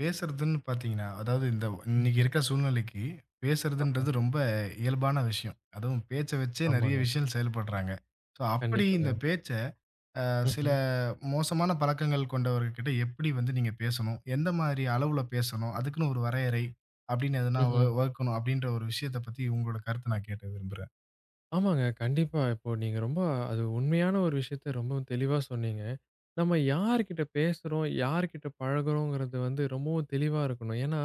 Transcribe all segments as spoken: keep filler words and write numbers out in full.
பேசுறதுன்னு பார்த்தீங்கன்னா, அதாவது இந்த இன்னைக்கு ம்ஹ்ம். இருக்கிற சூழ்நிலைக்கு பேசுறதுன்றது ரொம்ப இயல்பான விஷயம். அதுவும் பேச்ச வச்சே நெறைய ஆமாங்க. விஷயம் செயல்படுறாங்க. ஸோ அப்படி இந்த கண்டிப்பாங்க. பேச்ச சில ம்ஹ்ம். மோசமான பழக்கங்கள் கொண்டவர்கிட்ட எப்படி வந்து நீங்க பேசணும்? எந்த மாதிரி அளவுல பேசணும்? அதுக்குன்னு ஒரு வரையறை அப்படின்னு எதுனா வ ம்ஹ்ம். வகுக்கணும் அப்படின்ற ஒரு விஷயத்த பத்தி உங்களோட கருத்த நான் கேட்க விரும்புறேன். ஆமாங்க. கண்டிப்பா. இப்போ நீங்க ரொம்ப அது உண்மையான ஒரு விஷயத்த ரொம்பவும் தெளிவா சொன்னீங்க. நம்ம யார்கிட்ட பேசுறோம், யார்கிட்ட பழகுறோங்கிறது வந்து ரொம்பவும் தெளிவா இருக்கணும். ஏன்னா,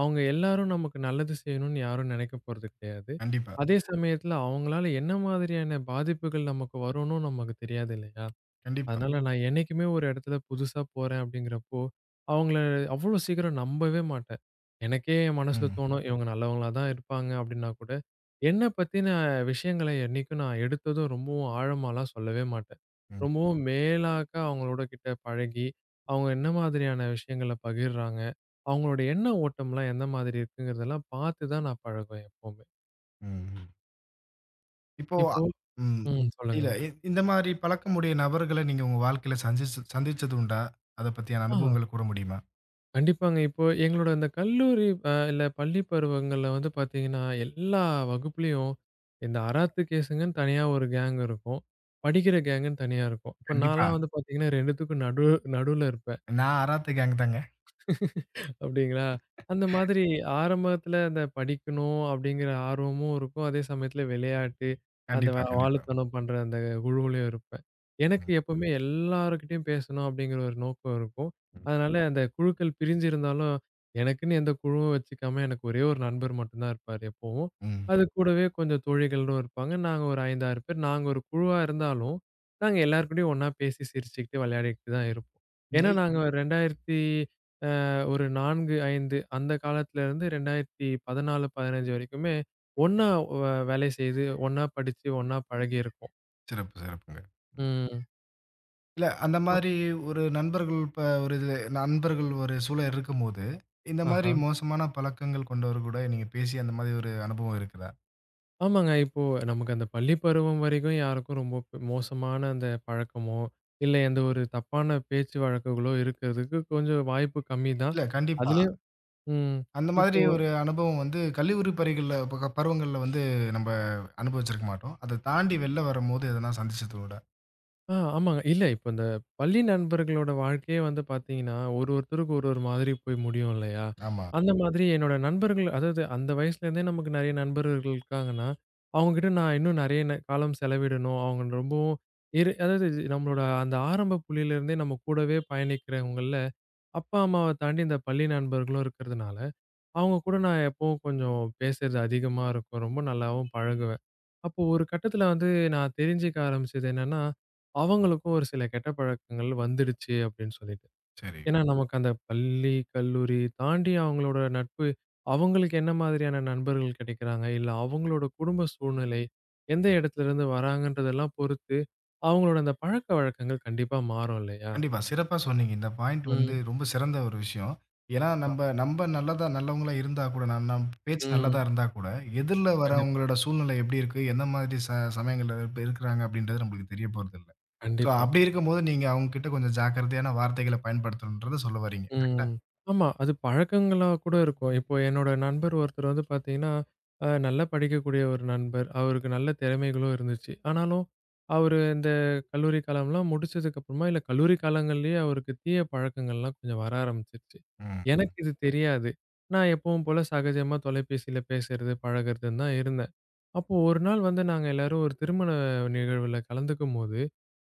அவங்க எல்லாரும் நமக்கு நல்லது செய்யணும்னு யாரும் நினைக்க போறது கிடையாது. கண்டிப்பா, அதே சமயத்துல அவங்களால என்ன மாதிரியான பாதிப்புகள் நமக்கு வரும்னும் நமக்கு தெரியாது இல்லையா? கண்டிப்பா. அதனால நான் என்னைக்குமே ஒரு இடத்துல புதுசா போறேன் அப்படிங்கிறப்போ, அவங்கள அவ்வளோ சீக்கிரம் நம்பவே மாட்டேன். எனக்கே என் மனசுல ம், தோணும், இவங்க நல்லவங்களா தான் இருப்பாங்க அப்படின்னா கூட, என்ன பத்தின விஷயங்கள என்னைக்கும் நான் எடுத்ததும் ரொம்பவும் ஆழமாலாம் சொல்லவே மாட்டேன். ம், ரொம்பவும் மேலாக்க அவங்களோட கிட்ட பழகி, அவங்க என்ன மாதிரியான விஷயங்கள பகிர்றாங்க, அவங்களோட எண்ண ஓட்டம்லாம் எந்த மாதிரி இருக்குங்கிறதெல்லாம் பார்த்து தான் நான் பழகுவேன் எப்பவுமே. ம். இப்போ அ- இப்போ ம். ம். சொல்லுங்க. இல்ல. இ இந்த மாரி பழக்கமுடைய நபர்கள நீங்க உங்க வாழ்க்கையில சந்திச்சு சந்திச்சது உண்டா? அத பத்தியான ஆ. அனுபவங்கள கூற முடியுமா? கண்டிப்பாங்க. இப்போ எங்களோட அந்த கல்லூரி அ இல்ல பள்ளி பருவங்கள்ல வந்து பார்த்தீங்கன்னா, எல்லா வகுப்புலயும் இந்த அராத்து கேஸுங்கன்னு தனியா ஒரு கேங் இருக்கும். படிக்கிற கேங்குன்னு தனியா இருக்கும். இப்ப கண்டிப்பா. நான்லாம் வந்து பார்த்தீங்கன்னா 2த்துக்கும் நடு நடுவுல இருப்பேன். நான் அராத்து கேங் தாங்க. அப்படிங்களா? அந்த மாதிரி ஆரம்பத்துல அந்த படிக்கணும் அப்படிங்கிற ஆர்வமும் இருக்கும். அதே சமயத்துல விளையாட்டு, அந்த வ கண்டிப்பா, ம். கண்டிப்பா. வாலுத்தனம் பண்ற அந்த குழுவுலயும் இருப்பேன். ம். எனக்கு எப்பவுமே எல்லார்கிட்டயும் பேசணும் அப்படிங்கிற ஒரு நோக்கம் இருக்கும். ம். அதனால அந்த குழுக்கள் பிரிஞ்சு இருந்தாலும், எனக்குன்னு எந்த குழுவும் வச்சுக்காம எனக்கு ஒரே ஒரு நண்பர் மட்டும் தான் இருப்பாரு எப்பவும். ம். அது கூடவே கொஞ்சம் தோழிகளும் இருப்பாங்க. நாங்க ஒரு ஐந்து, ஆறு பேர். நாங்க ஒரு குழுவா இருந்தாலும், நாங்க எல்லார் கூடயும் ஒண்ணா பேசி சிரிச்சுக்கிட்டு விளையாடிக்கிட்டு தான் இருப்போம். ஏன்னா நெய் நாங்க ம். இரண்டாயிரத்து ஒரு நான்கு, ஐந்து அந்த காலத்துலருந்து இரண்டாயிரத்து பதினாலு, பதினஞ்சு வரைக்குமே ஒண்ணா வ வேலை செய்து, ஒண்ணா படிச்சு, ஒண்ணா பழகியிருக்கோம். சிறப்பு, சிறப்புங்க. ம். இல்ல அந்த இப்போ மாரி ஒரு நண்பர்கள் இப்ப ஒரு இது நண்பர்கள் ஒரு சூழல் இருக்கும்போது, இந்த மாரி ஆஹா. மோசமான பழக்கங்கள் கொண்டவர் கூட நீங்க பேசி அந்த மாரி ஒரு அனுபவம் இருக்குதா? ஆமாங்க. இப்போ நமக்கு அந்த பள்ளி பருவம் வரைக்கும் யாருக்கும் ரொம்ப ப் மோசமான அந்த பழக்கமோ, இல்ல எந்த ஒரு தப்பான பேச்சு வழக்குகளோ இருக்கிறதுக்கு கொஞ்சம் வாய்ப்பு கம்மி தான். இல்ல கண்டிப்பா. அதுலயும். ம். அந்த மாதிரி இப்போ ஒரு அனுபவம் வந்து கல்லூரி பருகல்ல பக பருவங்கள்ல வந்து நம்ப அனுபவிச்சிருக்க மாட்டோம். அத தாண்டி வெளில வரும்போது எதனா சந்திச்சதோட. ஆ ஆமாங்க. இல்ல, இப்ப இந்த பள்ளி நண்பர்களோட வாழ்க்கையே வந்து பார்த்தீங்கன்னா, ஒரு ஒருத்தருக்கு ஒரு ஒரு மாதிரி போய் முடியும் இல்லையா? ஆமா. அந்த மாதிரி என்னோட நண்பர்கள் அதாவது அந்த வயசுலேருந்தே நமக்கு நெறைய நண்பர்கள் இருக்காங்கன்னா, அவங்ககிட்ட நான் இன்னும் நெறைய ந காலம் செலவிடணும். அவங்க ரொம்பவும் இரு அதாவது நம்மளோட அந்த ஆரம்ப புள்ளியிலேருந்தே நம்ம கூடவே பயணிக்கிறவங்கள்ல, அப்பா, அம்மாவ தாண்டி இந்த பள்ளி நண்பர்களும் இருக்கிறதுனால, அவங்க கூட நான் எப்பவும் கொஞ்சம் பேசுறது அதிகமா இருக்கும். ரொம்ப நல்லாவும் பழகுவேன். அப்போ ஒரு கட்டத்தில வந்து நான் தெரிஞ்சுக்க ஆரம்பிச்சது என்னன்னா, அவங்களுக்கும் ஒரு சில கெட்ட பழக்கங்கள் வந்துடுச்சு அப்படின்னு சொல்லிட்டு. சரி. ஏன்னா நமக்கு அந்த பள்ளி, கல்லூரி தாண்டி அவங்களோட நட்பு அவங்களுக்கு என்ன மாதிரியான நண்பர்கள் கிடைக்கிறாங்க, இல்ல அவங்களோட குடும்ப சூழ்நிலை எந்த இடத்துலருந்து வராங்கன்றதெல்லாம் பொறுத்து, அவங்களோட அந்த பழக்கவழக்கங்கள் கண்டிப்பா மாறும் இல்லையா? கண்டிப்பா. சிறப்பா சொன்னீங்க. இந்த பாயிண்ட் வந்து ம். ரொம்ப சிறந்த ஒரு விஷயம். ஏன்னா நம்ப நம்ப நல்லதா நல்லவங்களா இருந்தா கூட நம் நம் பேச்சு நல்லதா ம். இருந்தா கூட, எதிர்ல கண்டிப்பா, வரவங்களோட சூழ்நிலை எப்படி இருக்கு? எந்த மாதிரி ச சமயங்கள்ல இப்ப இருக்கிறாங்க? அப்படின்றது நம்மளுக்கு தெரிய போறதில்ல. ஸோ கண்டிப்பா. அப்படி இருக்கும்போது நீங்க அவங்க கிட்ட கொஞ்சம் ஜாக்கிரதையான வார்த்தைகள பயன்படுத்தணுன்றத சொல்ல வர்றீங்க. கரெக்ட்டா? ம். ஆமா. அது பழக்கங்களா கூட இருக்கும். இப்போ என்னோட நண்பர் ஒருத்தர் வந்து பார்த்தீங்கன்னா, அ நல்லா படிக்கக்கூடிய ஒரு நண்பர். அவருக்கு நல்ல திறமைகளும் இருந்துச்சு. ஆனாலும் அவரு இந்த கல்லூரி காலம்லாம் முடிச்சதுக்கு அப்புறமா, இல்ல கல்லூரி காலங்கள்லயே அவருக்கு தீய பழக்கங்கள்லாம் கொஞ்சம் வர ஆரம்பிச்சுருச்சு. ம். எனக்கு இது தெரியாது. நான் எப்பவும் போல சகஜமா தொலைபேசியில பேசுறது, பழகுறதுன்னு தான் இருந்தேன். அப்போ ஒரு நாள் வந்து நாங்க எல்லாரும் ஒரு திருமண நிகழ்வுல கலந்துக்கும்போது,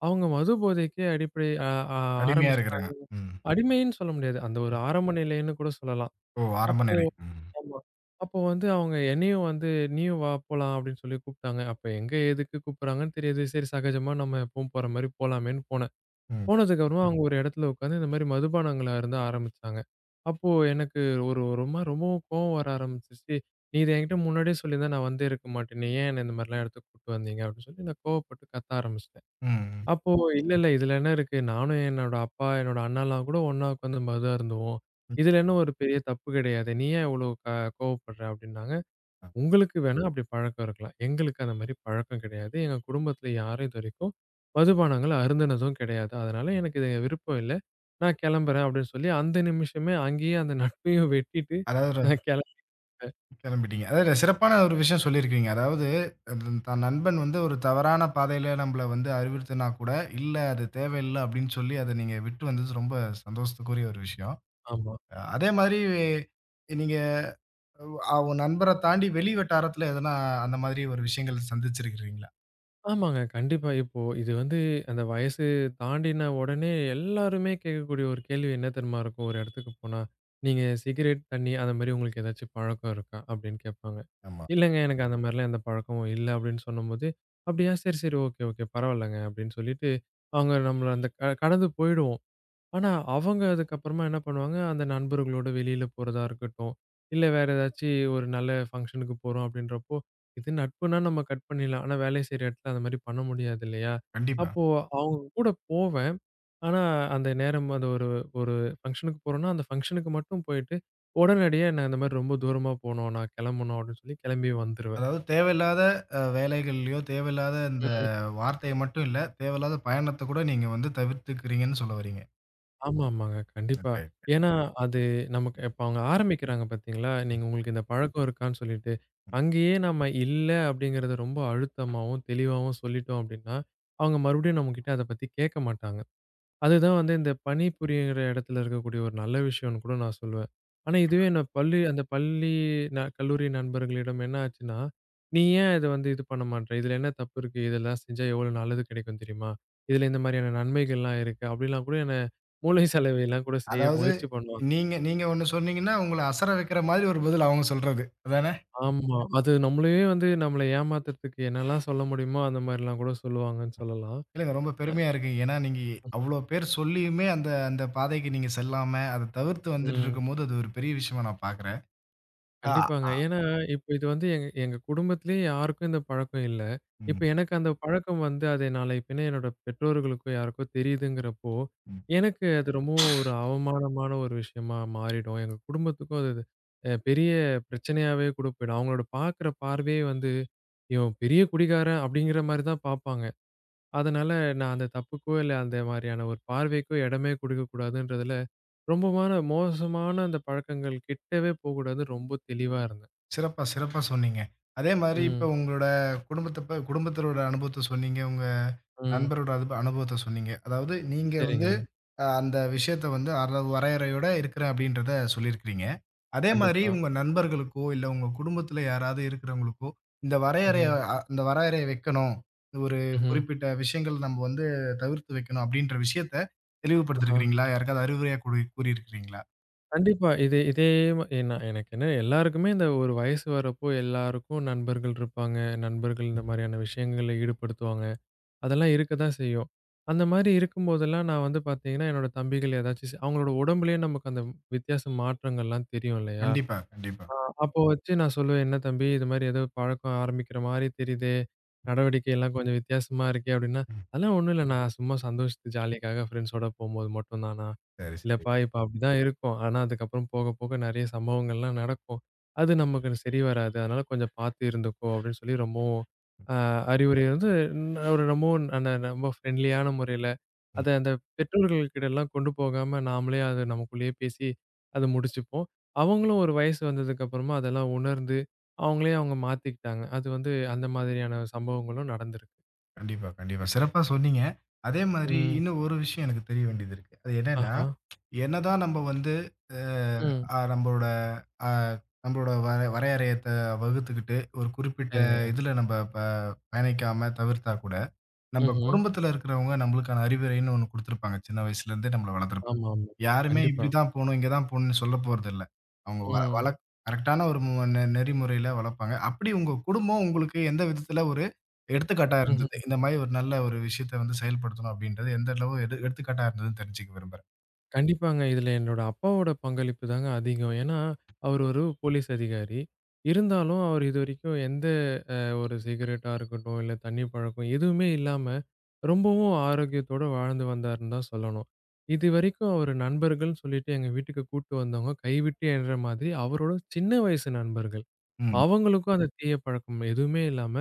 அவங்க மது போதைக்கே அடிப்படை அ ஆ அருமையா இருக்குறேங்க. ஆரம்பிச்சுட்டாங்க. ம். அடிமைன்னு சொல்ல முடியாது. அந்த ஒரு ஆரம்ப நிலைன்னு கூட சொல்லலாம். ஓ! ஆரம்ப அப்போ நிலை. ம். ஆமா. அப்போ வந்து அவங்க என்னையும் வந்து, "நீயும் வா போலாம்" அப்படின்னு சொல்லி கூப்பிட்டாங்க. அப்ப எங்க எதுக்கு கூப்பிடுறாங்கன்னு தெரியாது. சரி சகஜமா நம்ம எப்பவும் போற மாரி போலாமேன்னு போனேன். ம். போனதுக்கப்புறமா அவங்க ஒரு இடத்துல உட்காந்து இந்த மாரி மதுபானங்கள அருந்த ஆரம்பிச்சாங்க. அப்போ எனக்கு ஒரு ஒரு மாரி ரொம்பவும் கோவம் வர ஆரம்பிச்சுருச்சு. "நீ இத என்கிட்ட முன்னாடியே சொல்லியிருந்தா நான் வந்தே இருக்க மாட்டேனே. ஏன் என்ன இந்த மாரிலாம் இடத்துக்கு கூட்டு வந்தீங்க?" அப்படின்னு சொல்லி நான் கோவப்பட்டு கத்த ஆரம்பிச்சுட்டேன். ம். அப்போ இல்ல, இல்ல. இதுல என்ன இருக்கு? நானும் என்னோட அப்பா, என்னோட அண்ணாலாம் கூட ஒண்ணா உட்காந்து மது அருந்துவோம். ம். இதுல என்ன ஒரு பெரிய தப்பு கிடையாது. நீ ஏன் இவ்வளோ க கோவப்படுற? அப்டின்னாங்க. உங்களுக்கு வேணா அப்டி பழக்கம் இருக்கலாம். எங்களுக்கு அந்த மாரி பழக்கம் கிடையாது. எங்க குடும்பத்துல யாரும் இது வரைக்கும் மதுபானங்கள் அருந்துனதும் கிடையாது. அதனால எனக்கு இது விருப்பம் இல்ல. நான் கிளம்புறேன் அப்டின்னு சொல்லி அந்த நிமிஷமே அங்கேயே அந்த நட்பையும் வெட்டிட்டு அதாவது ஒரு நான் கிளம் கிளம்பிட்டீங்க. அதாவது ஒரு சிறப்பான ஒரு விஷயம் சொல்லியிருக்கிறீங்க. அதாவது அது தன் நண்பன் வந்து ஒரு தவறான பாதையில நம்மள வந்து அறிவுறுத்தினா கூட, இல்ல அது தேவையில்ல அப்படின்னு சொல்லி அத நீங்க விட்டு வந்தது ரொம்ப சந்தோஷத்துக்குரிய ஒரு விஷயம். ஆமா. அ அதே மாதிரி நீங்க அ உங்க நண்பர தாண்டி வெளி வட்டாரத்துல எதனா அந்த மாதிரி ஒரு விஷயங்கள் சந்திச்சிருக்கிறீங்களா? ஆமாங்க. கண்டிப்பா. இப்போ இது வந்து அந்த வயசு தாண்டின உடனே எல்லாருமே கேட்கக்கூடிய ஒரு கேள்வி என்ன தெரியுமா இருக்கும்? ஒரு இடத்துக்கு போனா, "நீங்க சிகரெட், தண்ணி அந்த மாரி உங்களுக்கு ஏதாச்சும் பழக்கம் இருக்கா?" அப்படின்னு கேட்பாங்க. ஆமா. "இல்லங்க. எனக்கு அந்த மாரிலாம் எந்த பழக்கமும் இல்ல." அப்படின்னு சொன்னம்போது, "அப்படியா? சரி, சரி. Okay, okay. பரவாயில்லங்க." அப்படின்னு சொல்லிட்டு, அவங்க நம்மள அந்த க கடந்து போயிடுவோம். ஆனா, அவங்க அதுக்கப்புறமா என்ன பண்ணுவாங்க, அந்த நண்பர்களோட வெளியில போறதா இருக்கட்டும், இல்ல வேற ஏதாச்சு ஒரு நல்ல ஃபங்ஷனுக்கு போறோம் அப்படின்றப்போ, இது நட்புனா நம்ம கட் பண்ணிடலாம். ஆனா, வேலை செய்ற இடத்துல அந்த மாரி பண்ண முடியாது இல்லையா? கண்டிப்பா. அப்போ அவங்க கூட போவேன். ஆனா, அந்த நேரம் அந்த ஒரு ஒரு ஃபங்ஷனுக்கு போறோம்னா, அந்த ஃபங்ஷனுக்கு மட்டும் போயிட்டு, உடனடியா நான் இந்த மாரி ரொம்ப தூரமா போணும், நான் கிளம்பணும் அப்படின்னு சொல்லி கிளம்பி வந்துருவேன். அதாவது தேவையில்லாத அ வேலைகள்லயோ, தேவையில்லாத இந்த வார்த்தைய மட்டும் இல்ல, தேவையில்லாத பயணத்த கூட நீங்க வந்து தவிர்த்துக்கிறீங்கன்னு சொல்ல வர்றீங்க. ஆமா, ஆமாங்க. கண்டிப்பா. ஏன்னா, அது நமக்கு இப்ப அவங்க ஆரம்பிக்கிறாங்க பார்த்தீங்களா? நீங்க உங்களுக்கு இந்த பழக்கம் இருக்கான்னு சொல்லிட்டு. அங்கேயே நம்ம இல்ல அப்படிங்கிறத ரொம்ப அழுத்தமாவும், தெளிவாவும் சொல்லிட்டோம் அப்படின்னா, அவங்க மறுபடியும் நம்மகிட்ட அத பத்தி கேட்க மாட்டாங்க. அதுதான் வந்து இந்த பணிபுரியிற இடத்துல இருக்கக்கூடிய ஒரு நல்ல விஷயம்னு கூட நான் சொல்லுவேன். ஆனா, இதுவே நான் பள்ளி அந்த பள்ளி ந கல்லூரி நண்பர்களிடம் என்ன ஆச்சுன்னா, "நீ ஏன் இத வந்து இது பண்ண மாட்ற? இதுல என்ன தப்பு இருக்கு? இதெல்லாம் செஞ்சா எவ்வளோ நல்லது கிடைக்கும் தெரியுமா? இதுல இந்த மாரியான நன்மைகள்லாம் இருக்கு." அப்படிலாம் கூட என்ன மூளை சலவைலாம் கூட செய்ய அதாவது முயற்சி பண்ணுவாங்க. நீங்க நீங்க ஒண்ணு சொன்னீங்கன்னா, உங்கள அசர வைக்கிற மாதிரி ஒரு பதில் அவங்க சொல்றது. அதானே? ஆமா. அது நம்மளையே வந்து நம்மள ஏமாத்துறதுக்கு என்னலாம் சொல்ல முடியுமோ, அந்த மாரிலாம் கூட சொல்லுவாங்கன்னு சொல்லலாம். இல்லங்க ரொம்ப அ, பெருமையா இருக்கு. ஏன்னா நீங்க அவ்ளோ பேர் சொல்லியுமே அந்த அந்த பாதைக்கு நீங்க செல்லாம, அத தவிர்த்து வந்துட்டு ம். இருக்கும்போது, அது ஒரு பெரிய விஷயமா நான் பார்க்குறேன். ஆ, கண்டிப்பாங்க. ஆ. ஏன்னா, இப்ப இது வந்து எங்க எங்க குடும்பத்திலேயே யாருக்கும் இந்த பழக்கம் இல்ல. ம், இப்ப எனக்கு அந்த பழக்கம் வந்து அது நாளை பின்ன என்னோட பெற்றோர்களுக்கோ யாருக்கோ தெரியுதுங்கிறப்போ, ம். எனக்கு அது ரொம்பவும் ஒரு அவமானமான ஒரு விஷயமா மாறிடும். எங்க குடும்பத்துக்கும் அது அ பெரிய பிரச்சனையாவே கூட போயிடும். அவங்களோட பார்க்குற பார்வையே வந்து, "இவன் பெரிய குடிகாரன்" அப்படிங்கிற மாரி தான் பார்ப்பாங்க. அதனால நான் அந்த தப்புக்கோ, இல்ல அந்த மாரியான ஒரு பார்வைக்கோ இடமே கொடுக்கக்கூடாதுன்றதுல ரொம்பமான மோசமான அந்த பழக்கங்கள் கிட்டவே போகக்கூடாதுன்னு ரொம்ப தெளிவா இருந்தேன். சிறப்பா, சிறப்பா சொன்னீங்க. அதே மாரி இப்ப ம். உங்களோட குடும்பத்த ப குடும்பத்தினரோட அனுபவத்த சொன்னீங்க. உங்க ம். நண்பரோட அனுப அனுபவத்த சொன்னீங்க. அதாவது நீங்க வந்து சரிங்க. அ அந்த விஷயத்த வந்து அற வரையறையோட இருக்கிறேன் அப்படின்றத சொல்லியிருக்கிறீங்க. அதே மாரி கண்டிப்பா. உங்க நண்பர்களுக்கோ, இல்ல உங்க குடும்பத்தில யாராவது இருக்கிறவங்களுக்கோ, இந்த வரையறைய ம்ஹ்ம். அ இந்த வரையறைய வைக்கணும். இந்த ஒரு ம்ஹ்ம். குறிப்பிட்ட விஷயங்கள் நம்ம வந்து தவிர்த்து வைக்கணும் அப்படின்ற விஷயத்த ஆஹா. தெளிவுபடுத்தியிருக்கிறீங்களா? யாருக்காவது அறிவுரையா கூறி கூறியிருக்கிறீங்களா? கண்டிப்பா. இதே இதே ஏன்னா எனக்கு என்ன எல்லாருக்குமே இந்த ஒரு வயசு வரப்போ எல்லாருக்கும் நண்பர்கள் இருப்பாங்க. நண்பர்கள் இந்த மாதிரியான விஷயங்கள்ல ஈடுபடுத்துவாங்க. அதெல்லாம் இருக்க தான் செய்யும். அந்த மாரி இருக்கும்போதெல்லாம் நான் வந்து பார்த்தீங்கன்னா, என்னோட தம்பிகள் ஏதாச்சும் அவங்களோட உடம்புலயே நமக்கு அந்த வித்தியாச மாற்றங்கள்லாம் தெரியும் இல்லையா? கண்டிப்பா, கண்டிப்பா. ஆ, அப்போ வச்சு நான் சொல்லுவேன், "என்ன தம்பி இது மாரி ஏதோ பழக்கம் ஆரம்பிக்கிற மாரி தெரியுதே! நடவடிக்கை எல்லாம் கொஞ்சம் வித்தியாசமா இருக்கே!" அப்படின்னா, ம். "அதெல்லாம் ஒண்ணும் இல்ல. நான் சும்மா சந்தோஷத்து ஜாலிக்காக ஃப்ரெண்ட்ஸோட போம்போது மட்டும் தானா! சரி, சரி. இல்லப்பா இப்ப அப்படிதான் இருக்கும். ஆனா அதுக்கப்புறம் போக போக நெறைய சம்பவங்கள்லாம் நடக்கும். அது நமக்கு சரி வராது. அதனால கொஞ்சம் பார்த்து இருந்துக்கோ!" அப்படின்னு சொல்லி ரொம்பவும் அ அறிவுரை வந்து ந- ஒரு ரொம்பவும் அந்த ரொம்ப ஃப்ரெண்ட்லியான முறையில ம். அத அந்த பெற்றோர்கள்கிட்டலாம் கொண்டு போகாம நாமளே அது நமக்குள்ளேயே பேசி அத முடிச்சுப்போம். அவங்களும் ஒரு வயசு வந்ததுக்கு அப்புறமா அதெல்லாம் உணர்ந்து, அவங்களே அவங்க மாத்திக்கிட்டாங்க. அது வந்து அந்த மாதிரியான சம்பவங்களும் நடந்திருக்கு. கண்டிப்பா, கண்டிப்பா. சிறப்பா சொன்னீங்க. அதே மாதிரி ம். இன்னும் ஒரு விஷயம் எனக்கு தெரிய வேண்டியது இருக்கு. அது என்னன்னா, ஆஹா. என்னதான் நம்ம வந்து அ ம். அ நம்மளோட அ நம்மளோட வர வரையறையத்த வகுத்துக்கிட்டு, ஒரு குறிப்பிட்ட சரிங்க. இதுல நம்ம ப பயணிக்காம தவிர்த்தா கூட, நம்ம ம்ஹ்ம். குடும்பத்துல இருக்கிறவங்க நம்மளுக்கான அறிவுரைன்னு ஒண்ணு குடுத்துருப்பாங்க. சின்ன வயசுல இருந்தே நம்மள வளர்த்துருப்பாங்க. ஆமா, ஆமா. யாருமே கண்டிப்பா. இப்படிதான் போணும், இங்க தான் போணும்னு சொல்லப் போறதில்ல. அவங்க வ வள ம். கரெக்ட்டான ஒரு மு நெ நெறிமுறையில வளர்ப்பாங்க. அப்படி உங்க குடும்பம் உங்களுக்கு எந்த விதத்துல ஒரு எடுத்துக்காட்டா இருந்தது? ம்ஹ்ம். இந்த மாரி ஒரு நல்ல ஒரு விஷயத்த வந்து செயல்படுத்தணும் அப்படின்றது எந்த அளவு எடு எடுத்துக்காட்டா இருந்ததுன்னு தெரிஞ்சுக்க விரும்புறேன். கண்டிப்பாங்க. இதுல என்னோட அப்பாவோட பங்களிப்பு தாங்க அதிகம். ஏன்னா, அவர் ஒரு போலீஸ் அதிகாரி. இருந்தாலும் அவர் இதுவரைக்கும் எந்த அஹ் ஒரு சிகரெட்டா இருக்கட்டும், இல்ல தண்ணி பழக்கம் எதுவுமே இல்லாம, ரொம்பவும் ஆரோக்கியத்தோட வாழ்ந்து வந்தாருன்னு தான் சொல்லணும். இதுவரைக்கும் அவரு நண்பர்கள்ன்னு சொல்லிட்டு எங்க வீட்டுக்கு கூட்டு வந்தவங்க கைவிட்டு எண்ற மாதிரி அவரோட சின்ன வயசு நண்பர்கள். ம். அவங்களுக்கும் அந்த தீய பழக்கம் எதுவுமே இல்லாம,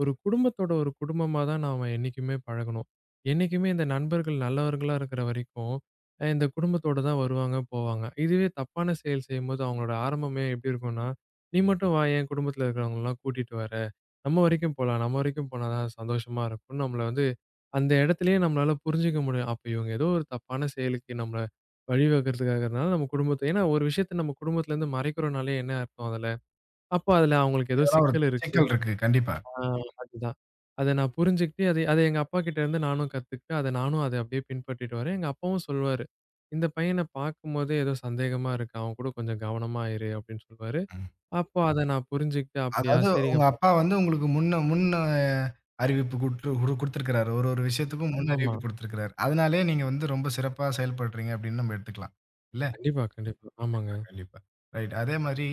ஒரு குடும்பத்தோட ஒரு குடும்பமா தான் நாம என்னைக்குமே பழகணும். என்னைக்குமே இந்த நண்பர்கள் நல்லவர்களா இருக்கிற வரைக்கும், அ இந்த குடும்பத்தோட தான் வருவாங்க, போவாங்க. இதுவே தப்பான செயல் செய்யும்போது அவங்களோட ஆரம்பமே எப்படி இருக்கும்னா, "நீ மட்டும் வா என் குடும்பத்தில இருக்கிறவங்கலாம் கூட்டிட்டு வர." நம்ம வரைக்கும் போலாம். நம்ம வரைக்கும் போனா தான் சந்தோஷமா இருக்கும். நம்மள வந்து அந்த இடத்திலேயே நம்மளால புரிஞ்சுக்க முடியும். அப்ப இவங்க ஏதோ ஒரு தப்பான செயலுக்கு நம்மள வழிவகுக்கிறதுக்காகனால நம்ம குடும்பத்த ஏன்னா ஒரு விஷயத்த நம்ம குடும்பத்துலேருந்து மறைக்கிறோம்னாலே என்ன அர்த்தம் அதுல? அப்போ அதுல அவங்களுக்கு ஏதோ இதெல்லாம் ஒரு சிக்கல் இருக்கு. சிக்கல் இருக்கு. கண்டிப்பா. ஆ, அதுதான். அத நான் புரிஞ்சுகிட்டு அதை அத எங்க அப்பாகிட்டேருந்து நானும் கத்துக்கிட்டு, அத நானும் அத அப்படியே பின்பற்றிட்டு வரேன். எங்க அப்பாவும் சொல்லுவாரு. "இந்த பையன பார்க்கும்போதே ஏதோ சந்தேகமா இருக்கு. அவன் கூட கொஞ்சம் கவனமா இரு" அப்படின்னு சொல்லுவாரு. ம். அப்போ அத நான் புரிஞ்சுகிட்டு, "அப்படியா? அதாவது உங்க சரிங்கப்பா." அப்பா வந்து உங்களுக்கு முன்ன முன்ன அறிவிப்பு குடுத்து குடு குடுத்திருக்கிறாரு. ஒரு ஒரு விஷயத்துக்கும் முன் ஆமாமா. அறிவிப்பு குடுத்திருக்கிறாரு. அதனாலயே நீங்க வந்து ரொம்ப சிறப்பா செயல்படுறீங்க அப்படின்னு நம்ம எடுத்துக்கலாம். இல்ல? கண்டிப்பா, கண்டிப்பா. ஆமாங்க. கண்டிப்பா. ரைட். அதே மாரி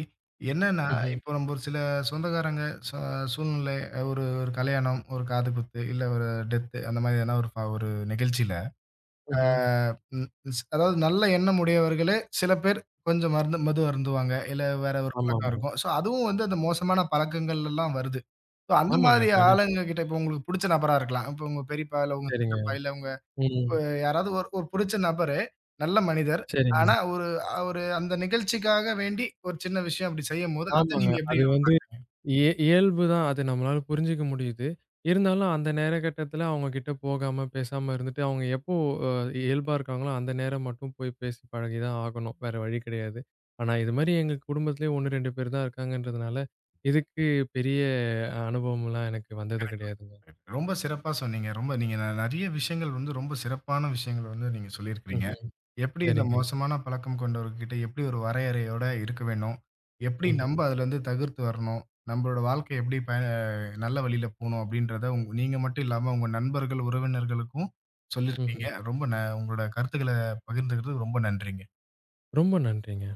என்னன்னா, ம்ஹ்ம். இப்போ நம்ம ஒரு சில சொந்தக்காரங்க ச சூழ்நிலை ஒரு ஒரு கல்யாணம், ஒரு காதுகுத்து, இல்ல ஒரு டெத் அந்த மாரி எதனா ஒரு ப ஒரு நிகழ்ச்சியில ஆ ம்ஹ்ம். ம் ஸ் அதாவது நல்ல எண்ணம் உடையவர்களே, சில பேர் கொஞ்சம் மருந்து மது அருந்துவாங்க. இல்ல வேற ஒரு பழக்கம் ஆமாமா. இருக்கும். ஸோ அதுவும் வந்து அந்த மோசமான பழக்கங்கள்லாம் வருது. ஸோ அந்த ஆமாங்க. மாதிரி கண்டிப்பா. ஆளுங்க கிட்ட இப்போ உங்களுக்கு புடிச்ச நபரா இருக்கலாம். இப்போ உங்க பெரியப்பா, இல்ல உங்க சரிங்க. சித்தப்பா, இல்ல உங்க ம். அ யாராவது ஒரு ஒரு புடிச்ச நபரு, நல்ல மனிதர். ஆனா சரிங்க. ஒரு ஒரு அந்த நிகழ்ச்சிக்காக வேண்டி ஒரு சின்ன விஷயம் அப்படி செய்யும்போது, அத ஆமாங்க. நீங்க எப்படி அது வந்து இய இயல்பு தான். அது நம்மளால புரிஞ்சுக்க முடியுது. இருந்தாலும் அந்த நேர கட்டத்துல அவங்க கிட்ட போகாம, பேசாம இருந்துட்டு, அவங்க எப்போ அ இயல்பா இருக்காங்களோ, அந்த நேரம் மட்டும் போய் பேசி பழகி தான் ஆகணும். வேற வழி கிடையாது. ஆனா, இது மாரி எங்க குடும்பத்திலேயே ஒன்னு, ரெண்டு பேர் தான் இருக்காங்கன்றதுனால, இதுக்கு பெரிய அனுபவம்லாம் எனக்கு வந்தது கிடைக்கல. கிடையாதுங்க. ரொம்ப சிறப்பா சொன்னீங்க. ரொம்ப நீங்க ந நெறைய விஷயங்கள் வந்து ரொம்ப சிறப்பான விஷயங்கள் வந்து நீங்க சொல்லியிருக்கிறீங்க. ம்ஹ்ம். எப்படி இந்த ம். சரிங்க. மோசமான பழக்கம் கொண்டவர்கிட்ட எப்படி ஒரு வரையறையோட இருக்க வேணும்? எப்படி ம். நம்ப ம்ஹ்ம். அதுலருந்து தவிர்த்து வரணும்? நம்பளோட வாழ்க்கை எப்படி ப நல்ல வழியில போணும் அப்படின்றத உங் நீங்க மட்டும் இல்லாம உங்க நண்பர்கள், உறவினர்களுக்கும் சொல்லியிருக்கீங்க. ம்ஹ்ம். ரொம்ப ந உங்களோட கருத்துக்கள பகிர்ந்துக்கிறது ரொம்ப நன்றிங்க. ரொம்ப நன்றிங்க.